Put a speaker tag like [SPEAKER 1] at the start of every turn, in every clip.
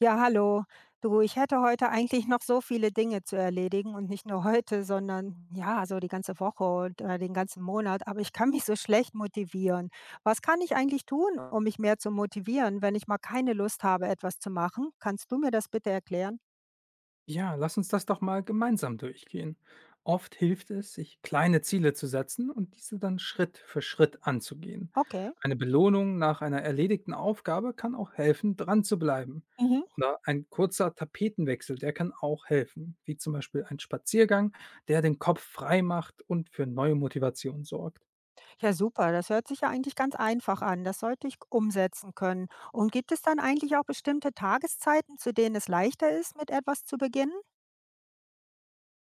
[SPEAKER 1] Ja, hallo. Du, ich hätte heute eigentlich noch so viele Dinge zu erledigen und nicht nur heute, sondern ja, so die ganze Woche und den ganzen Monat. Aber ich kann mich so schlecht motivieren. Was kann ich eigentlich tun, um mich mehr zu motivieren, wenn ich mal keine Lust habe, etwas zu machen? Kannst du mir das bitte erklären?
[SPEAKER 2] Ja, lass uns das doch mal gemeinsam durchgehen. Oft hilft es, sich kleine Ziele zu setzen und diese dann Schritt für Schritt anzugehen.
[SPEAKER 1] Okay.
[SPEAKER 2] Eine Belohnung nach einer erledigten Aufgabe kann auch helfen, dran zu bleiben.
[SPEAKER 1] Mhm.
[SPEAKER 2] Oder ein kurzer Tapetenwechsel, der kann auch helfen, wie zum Beispiel ein Spaziergang, der den Kopf frei macht und für neue Motivation sorgt.
[SPEAKER 1] Ja, super. Das hört sich ja eigentlich ganz einfach an. Das sollte ich umsetzen können. Und gibt es dann eigentlich auch bestimmte Tageszeiten, zu denen es leichter ist, mit etwas zu beginnen?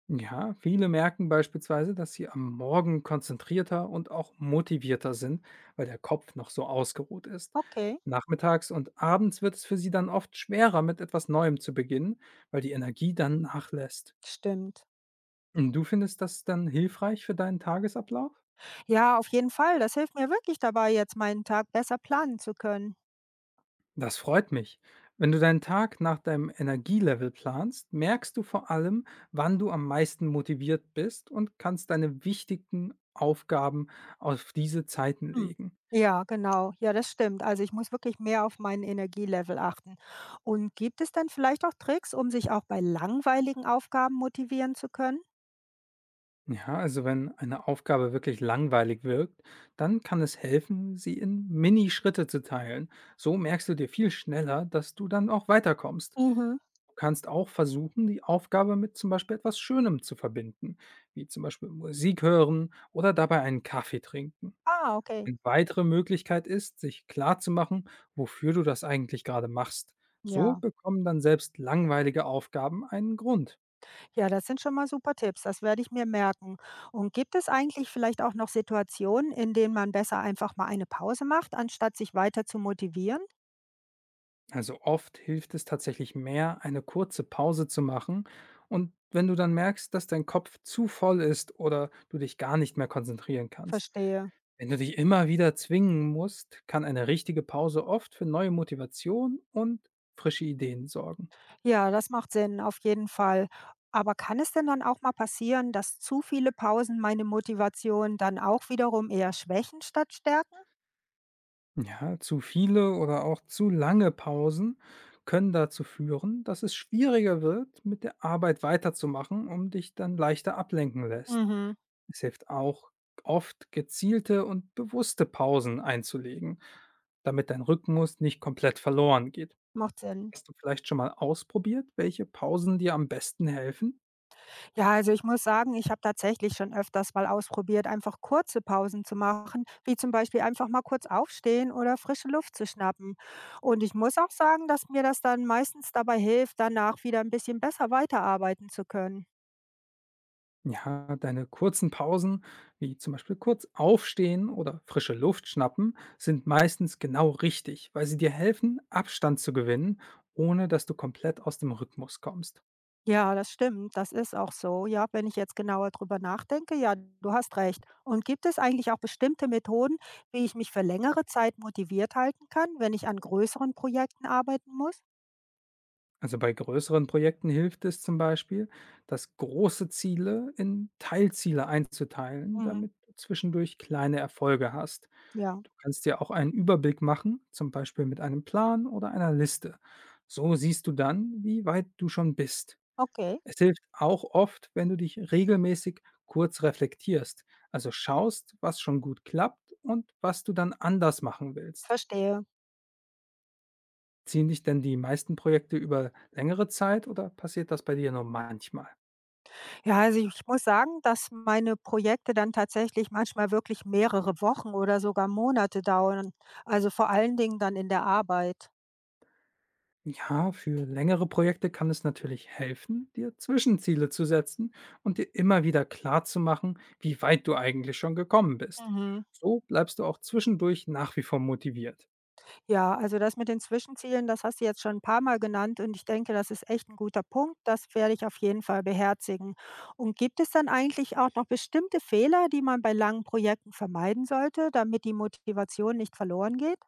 [SPEAKER 2] Ja, viele merken beispielsweise, dass sie am Morgen konzentrierter und auch motivierter sind, weil der Kopf noch so ausgeruht ist.
[SPEAKER 1] Okay,
[SPEAKER 2] Nachmittags und abends wird es für sie dann oft schwerer, mit etwas Neuem zu beginnen, weil die Energie dann nachlässt.
[SPEAKER 1] stimmt.
[SPEAKER 2] Und du findest das dann hilfreich für deinen Tagesablauf?
[SPEAKER 1] Ja, auf jeden Fall. Das hilft mir wirklich dabei, jetzt meinen Tag besser planen zu können.
[SPEAKER 2] Das freut mich. Wenn du deinen Tag nach deinem Energielevel planst, merkst du vor allem, wann du am meisten motiviert bist und kannst deine wichtigen Aufgaben auf diese Zeiten
[SPEAKER 1] Hm.
[SPEAKER 2] legen.
[SPEAKER 1] Ja, genau. Ja, das stimmt. Also ich muss wirklich mehr auf meinen Energielevel achten. Und gibt es dann vielleicht auch Tricks, um sich auch bei langweiligen Aufgaben motivieren zu können?
[SPEAKER 2] Ja, also wenn eine Aufgabe wirklich langweilig wirkt, dann kann es helfen, sie in Mini-Schritte zu teilen. So merkst du dir viel schneller, dass du dann auch weiterkommst.
[SPEAKER 1] Mhm.
[SPEAKER 2] Du kannst auch versuchen, die Aufgabe mit zum Beispiel etwas Schönem zu verbinden, wie zum Beispiel Musik hören oder dabei einen Kaffee trinken.
[SPEAKER 1] Ah, okay.
[SPEAKER 2] Eine weitere Möglichkeit ist, sich klarzumachen, wofür du das eigentlich gerade machst. So
[SPEAKER 1] Ja,
[SPEAKER 2] bekommen dann selbst langweilige Aufgaben einen Grund.
[SPEAKER 1] ja, das sind schon mal super Tipps. Das werde ich mir merken. Und gibt es eigentlich vielleicht auch noch Situationen, in denen man besser einfach mal eine Pause macht, anstatt sich weiter zu motivieren?
[SPEAKER 2] Also oft hilft es tatsächlich mehr, eine kurze Pause zu machen. Und wenn du dann merkst, dass dein Kopf zu voll ist oder du dich gar nicht mehr konzentrieren kannst.
[SPEAKER 1] Verstehe.
[SPEAKER 2] Wenn du dich immer wieder zwingen musst, kann eine richtige Pause oft für neue Motivation und frische Ideen sorgen.
[SPEAKER 1] Ja, das macht Sinn, auf jeden Fall. Aber kann es denn dann auch mal passieren, dass zu viele Pausen meine Motivation dann auch wiederum eher schwächen statt stärken?
[SPEAKER 2] Ja, zu viele oder auch zu lange Pausen können dazu führen, dass es schwieriger wird, mit der Arbeit weiterzumachen, um dich dann leichter ablenken lässt.
[SPEAKER 1] Mhm.
[SPEAKER 2] Es hilft auch, oft gezielte und bewusste Pausen einzulegen, damit dein Rhythmus nicht komplett verloren geht.
[SPEAKER 1] Macht Sinn.
[SPEAKER 2] Hast du vielleicht schon mal ausprobiert, welche Pausen dir am besten helfen?
[SPEAKER 1] Ja, also ich muss sagen, ich habe tatsächlich schon öfters mal ausprobiert, einfach kurze Pausen zu machen, wie zum Beispiel einfach mal kurz aufstehen oder frische Luft zu schnappen. Und ich muss auch sagen, dass mir das dann meistens dabei hilft, danach wieder ein bisschen besser weiterarbeiten zu können.
[SPEAKER 2] Ja, deine kurzen Pausen, wie zum Beispiel kurz aufstehen oder frische Luft schnappen, sind meistens genau richtig, weil sie dir helfen, Abstand zu gewinnen, ohne dass du komplett aus dem Rhythmus kommst.
[SPEAKER 1] Ja, das stimmt. Das ist auch so. Ja, wenn ich jetzt genauer drüber nachdenke, ja, du hast recht. Und gibt es eigentlich auch bestimmte Methoden, wie ich mich für längere Zeit motiviert halten kann, wenn ich an größeren Projekten arbeiten muss?
[SPEAKER 2] Also bei größeren Projekten hilft es zum Beispiel, das große Ziele in Teilziele einzuteilen,
[SPEAKER 1] Mhm.
[SPEAKER 2] damit du zwischendurch kleine Erfolge hast.
[SPEAKER 1] Ja,
[SPEAKER 2] Du kannst dir auch einen Überblick machen, zum Beispiel mit einem Plan oder einer Liste. So siehst du dann, wie weit du schon bist.
[SPEAKER 1] okay.
[SPEAKER 2] Es hilft auch oft, wenn du dich regelmäßig kurz reflektierst, also schaust, was schon gut klappt und was du dann anders machen willst.
[SPEAKER 1] Verstehe.
[SPEAKER 2] Ziehen dich denn die meisten Projekte über längere Zeit oder passiert das bei dir nur manchmal?
[SPEAKER 1] Ja, also ich muss sagen, dass meine Projekte dann tatsächlich manchmal wirklich mehrere Wochen oder sogar Monate dauern. Also vor allen Dingen dann in der Arbeit.
[SPEAKER 2] Ja, für längere Projekte kann es natürlich helfen, dir Zwischenziele zu setzen und dir immer wieder klar zu machen, wie weit du eigentlich schon gekommen bist.
[SPEAKER 1] Mhm.
[SPEAKER 2] So bleibst du auch zwischendurch nach wie vor motiviert.
[SPEAKER 1] Ja, also das mit den Zwischenzielen, das hast du jetzt schon ein paar Mal genannt und ich denke, das ist echt ein guter Punkt. Das werde ich auf jeden Fall beherzigen. Und gibt es dann eigentlich auch noch bestimmte Fehler, die man bei langen Projekten vermeiden sollte, damit die Motivation nicht verloren geht?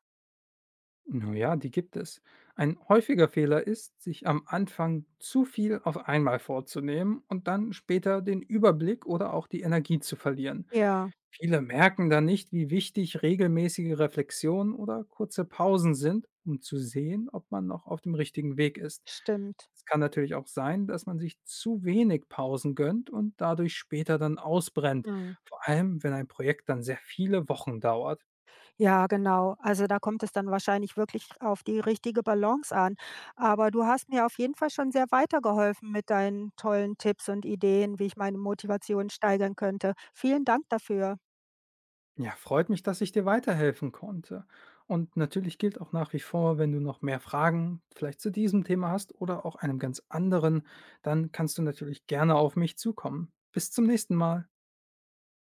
[SPEAKER 2] Naja, die gibt es. Ein häufiger Fehler ist, sich am Anfang zu viel auf einmal vorzunehmen und dann später den Überblick oder auch die Energie zu verlieren.
[SPEAKER 1] Ja,
[SPEAKER 2] Viele merken dann nicht, wie wichtig regelmäßige Reflexionen oder kurze Pausen sind, um zu sehen, ob man noch auf dem richtigen Weg ist.
[SPEAKER 1] stimmt.
[SPEAKER 2] Es kann natürlich auch sein, dass man sich zu wenig Pausen gönnt und dadurch später dann ausbrennt,
[SPEAKER 1] Mhm.
[SPEAKER 2] vor allem wenn ein Projekt dann sehr viele Wochen dauert.
[SPEAKER 1] Ja, genau. Also, da kommt es dann wahrscheinlich wirklich auf die richtige Balance an. Aber du hast mir auf jeden Fall schon sehr weitergeholfen mit deinen tollen Tipps und Ideen, wie ich meine Motivation steigern könnte. Vielen Dank dafür.
[SPEAKER 2] Ja, freut mich, dass ich dir weiterhelfen konnte. Und natürlich gilt auch nach wie vor, wenn du noch mehr Fragen vielleicht zu diesem Thema hast oder auch einem ganz anderen, dann kannst du natürlich gerne auf mich zukommen. Bis zum nächsten Mal.